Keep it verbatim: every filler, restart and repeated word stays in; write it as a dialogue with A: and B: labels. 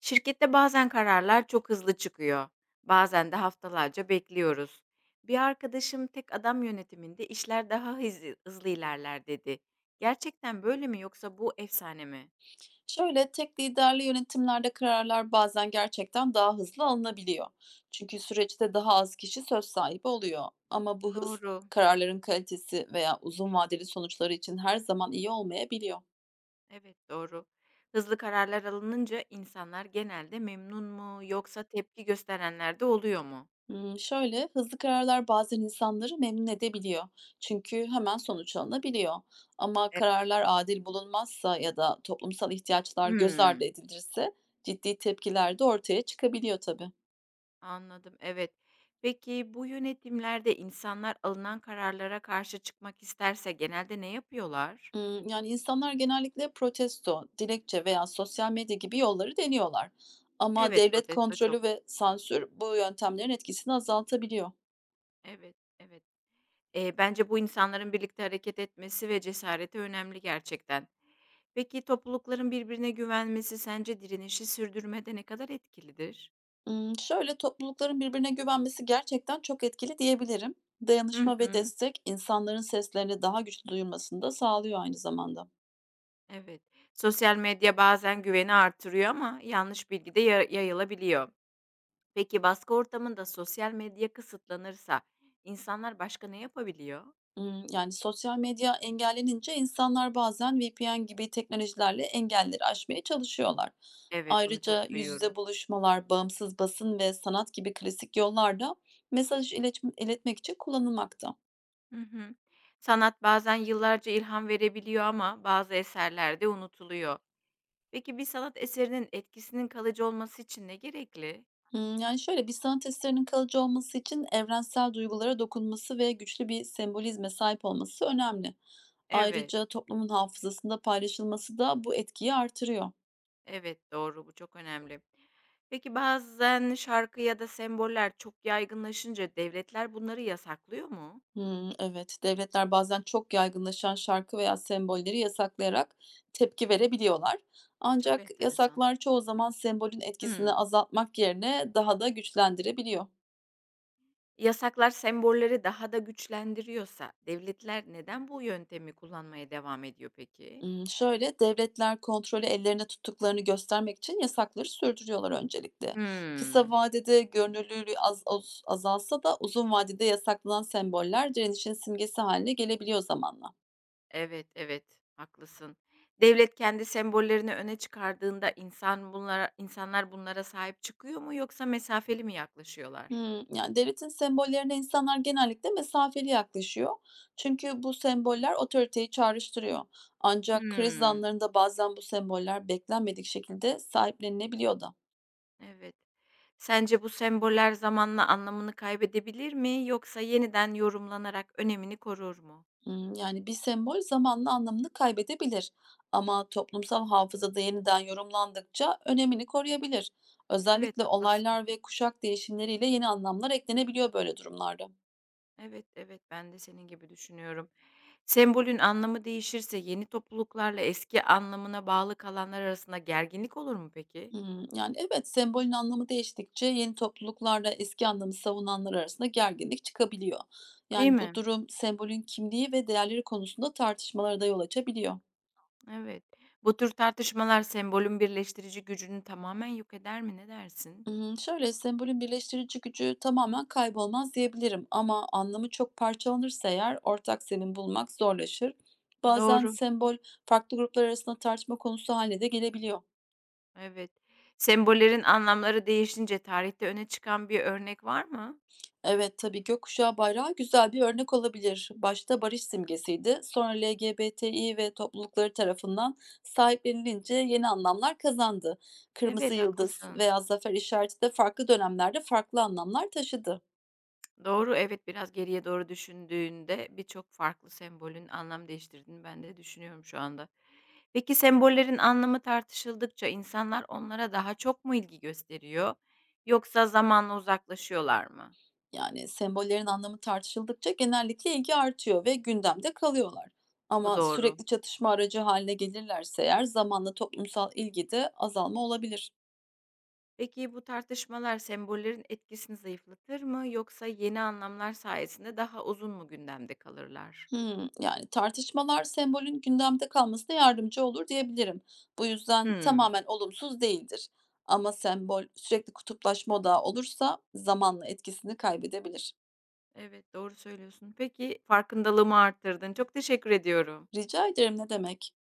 A: Şirkette bazen kararlar çok hızlı çıkıyor. Bazen de haftalarca bekliyoruz. Bir arkadaşım tek adam yönetiminde işler daha hızlı, hızlı ilerler dedi. Gerçekten böyle mi yoksa bu efsane mi?
B: Şöyle tek liderli yönetimlerde kararlar bazen gerçekten daha hızlı alınabiliyor. Çünkü süreçte daha az kişi söz sahibi oluyor. Ama bu hız
A: Doğru.
B: kararların kalitesi veya uzun vadeli sonuçları için her zaman iyi olmayabiliyor.
A: Evet doğru. Hızlı kararlar alınınca insanlar genelde memnun mu yoksa tepki gösterenler de oluyor mu?
B: Hmm, şöyle hızlı kararlar bazen insanları memnun edebiliyor. Çünkü hemen sonuç alınabiliyor. Ama
A: E,
B: kararlar adil bulunmazsa ya da toplumsal ihtiyaçlar göz ardı
A: Hmm,
B: edilirse ciddi tepkiler de ortaya çıkabiliyor tabii.
A: Anladım. Evet. Peki bu yönetimlerde insanlar alınan kararlara karşı çıkmak isterse genelde ne yapıyorlar?
B: Imm, yani, insanlar genellikle protesto, dilekçe veya sosyal medya gibi yolları deniyorlar. Ama
A: Evet,
B: devlet
A: protesto çok.
B: kontrolü ve sansür bu yöntemlerin etkisini azaltabiliyor.
A: Evet, evet. Eee, bence bu insanların birlikte hareket etmesi ve cesareti önemli gerçekten. Peki toplulukların birbirine güvenmesi sence direnişi sürdürmede ne kadar etkilidir?
B: Imm, şöyle, toplulukların birbirine güvenmesi gerçekten çok etkili diyebilirim.
A: Hı
B: Dayanışma ve
A: hı.
B: destek insanların seslerini daha güçlü duyurmasını da sağlıyor aynı zamanda.
A: Evet. Sosyal medya bazen güveni artırıyor ama yanlış bilgi de ya yayılabiliyor. Peki baskı ortamında sosyal medya kısıtlanırsa insanlar başka ne yapabiliyor?
B: Imm, yani, sosyal medya engellenince insanlar bazen V P N gibi teknolojilerle engelleri aşmaya çalışıyorlar.
A: Evet, bunu çok
B: Ayrıca yüz
A: duyuyorum.
B: yüze buluşmalar, bağımsız basın ve sanat gibi klasik yollarda da mesaj iletme iletmek için kullanılmakta.
A: Hı hı. Sanat bazen yıllarca ilham verebiliyor ama bazı eserlerde unutuluyor. Peki bir sanat eserinin etkisinin kalıcı olması için ne gerekli?
B: Hımm, yani, şöyle, bir sanat eserinin kalıcı olması için evrensel duygulara dokunması ve güçlü bir sembolizme sahip olması önemli.
A: Evet,
B: Ayrıca toplumun hafızasında paylaşılması da bu etkiyi artırıyor.
A: evet doğru bu çok önemli. Peki bazen şarkı ya da semboller çok yaygınlaşınca devletler bunları yasaklıyor mu?
B: Hımm, evet. Devletler bazen çok yaygınlaşan şarkı veya sembolleri yasaklayarak tepki verebiliyorlar.
A: Çok
B: Ancak
A: enteresan.
B: yasaklar çoğu zaman sembolün etkisini
A: Hmm.
B: azaltmak yerine daha da güçlendirebiliyor.
A: Yasaklar sembolleri daha da güçlendiriyorsa devletler neden bu yöntemi kullanmaya devam ediyor peki?
B: Imm, şöyle, devletler kontrolü ellerine tuttuklarını göstermek için yasakları sürdürüyorlar öncelikle. Kısa
A: Hmm.
B: vadede görünürlülüğü az az azalsa da uzun vadede yasaklanan semboller direnişin simgesi haline gelebiliyor zamanla.
A: Evet, evet, haklısın. Devlet kendi sembollerini öne çıkardığında insan bunlara insanlar bunlara sahip çıkıyor mu yoksa mesafeli mi yaklaşıyorlar?
B: Hımm. Yani, devletin sembollerine insanlar genellikle mesafeli yaklaşıyor. Çünkü bu semboller otoriteyi çağrıştırıyor. Ancak kriz
A: Hımm,
B: anlarında bazen bu semboller beklenmedik şekilde sahiplenilebiliyor da.
A: evet. Sence bu semboller zamanla anlamını kaybedebilir mi yoksa yeniden yorumlanarak önemini korur mu?
B: Imm, yani, bir sembol zamanla anlamını kaybedebilir ama toplumsal hafızada yeniden yorumlandıkça önemini koruyabilir.
A: Evet,
B: Özellikle
A: haklısın.
B: olaylar ve kuşak değişimleriyle yeni anlamlar eklenebiliyor böyle durumlarda.
A: Evet, evet, ben de senin gibi düşünüyorum. Sembolün anlamı değişirse yeni topluluklarla eski anlamına bağlı kalanlar arasında gerginlik olur mu peki?
B: Hımm. Yani, evet, sembolün anlamı değiştikçe yeni topluluklarla eski anlamı savunanlar arasında gerginlik çıkabiliyor.
A: Değil
B: Yani, bu
A: mi?
B: durum sembolün kimliği ve değerleri konusunda tartışmalara da yol açabiliyor.
A: Evet. Bu tür tartışmalar sembolün birleştirici gücünü tamamen yok eder mi? Ne dersin?
B: Imm, şöyle, sembolün birleştirici gücü tamamen kaybolmaz diyebilirim ama anlamı çok parçalanırsa eğer ortak zemin bulmak zorlaşır. Bazen
A: Doğru.
B: sembol farklı gruplar arasında tartışma konusu hâline de gelebiliyor.
A: Evet. Sembollerin anlamları değişince tarihte öne çıkan bir örnek var mı?
B: Evet, tabii gökkuşağı bayrağı güzel bir örnek olabilir. Başta barış simgesiydi, sonra LGBTİ ve toplulukları tarafından sahiplenilince yeni anlamlar kazandı. Kırmızı
A: Evet,
B: yıldız
A: haklısın.
B: veya zafer işareti de farklı dönemlerde farklı anlamlar taşıdı.
A: Doğru, evet biraz geriye doğru düşündüğünde birçok farklı sembolün anlam değiştirdiğini ben de düşünüyorum şu anda. Peki sembollerin anlamı tartışıldıkça insanlar onlara daha çok mu ilgi gösteriyor yoksa zamanla uzaklaşıyorlar mı?
B: Yani sembollerin anlamı tartışıldıkça genellikle ilgi artıyor ve gündemde kalıyorlar.
A: Bu
B: Ama
A: doğru.
B: sürekli çatışma aracı haline gelirlerse eğer zamanla toplumsal ilgide azalma olabilir.
A: Peki bu tartışmalar sembollerin etkisini zayıflatır mı yoksa yeni anlamlar sayesinde daha uzun mu gündemde kalırlar?
B: Hımm. Yani, tartışmalar sembolün gündemde kalmasına yardımcı olur diyebilirim. Bu yüzden
A: Hmm.
B: tamamen olumsuz değildir. Ama sembol sürekli kutuplaşma odağı olursa zamanla etkisini kaybedebilir.
A: Evet, doğru söylüyorsun. Peki farkındalığımı arttırdın. Çok teşekkür ediyorum.
B: Rica ederim, ne demek.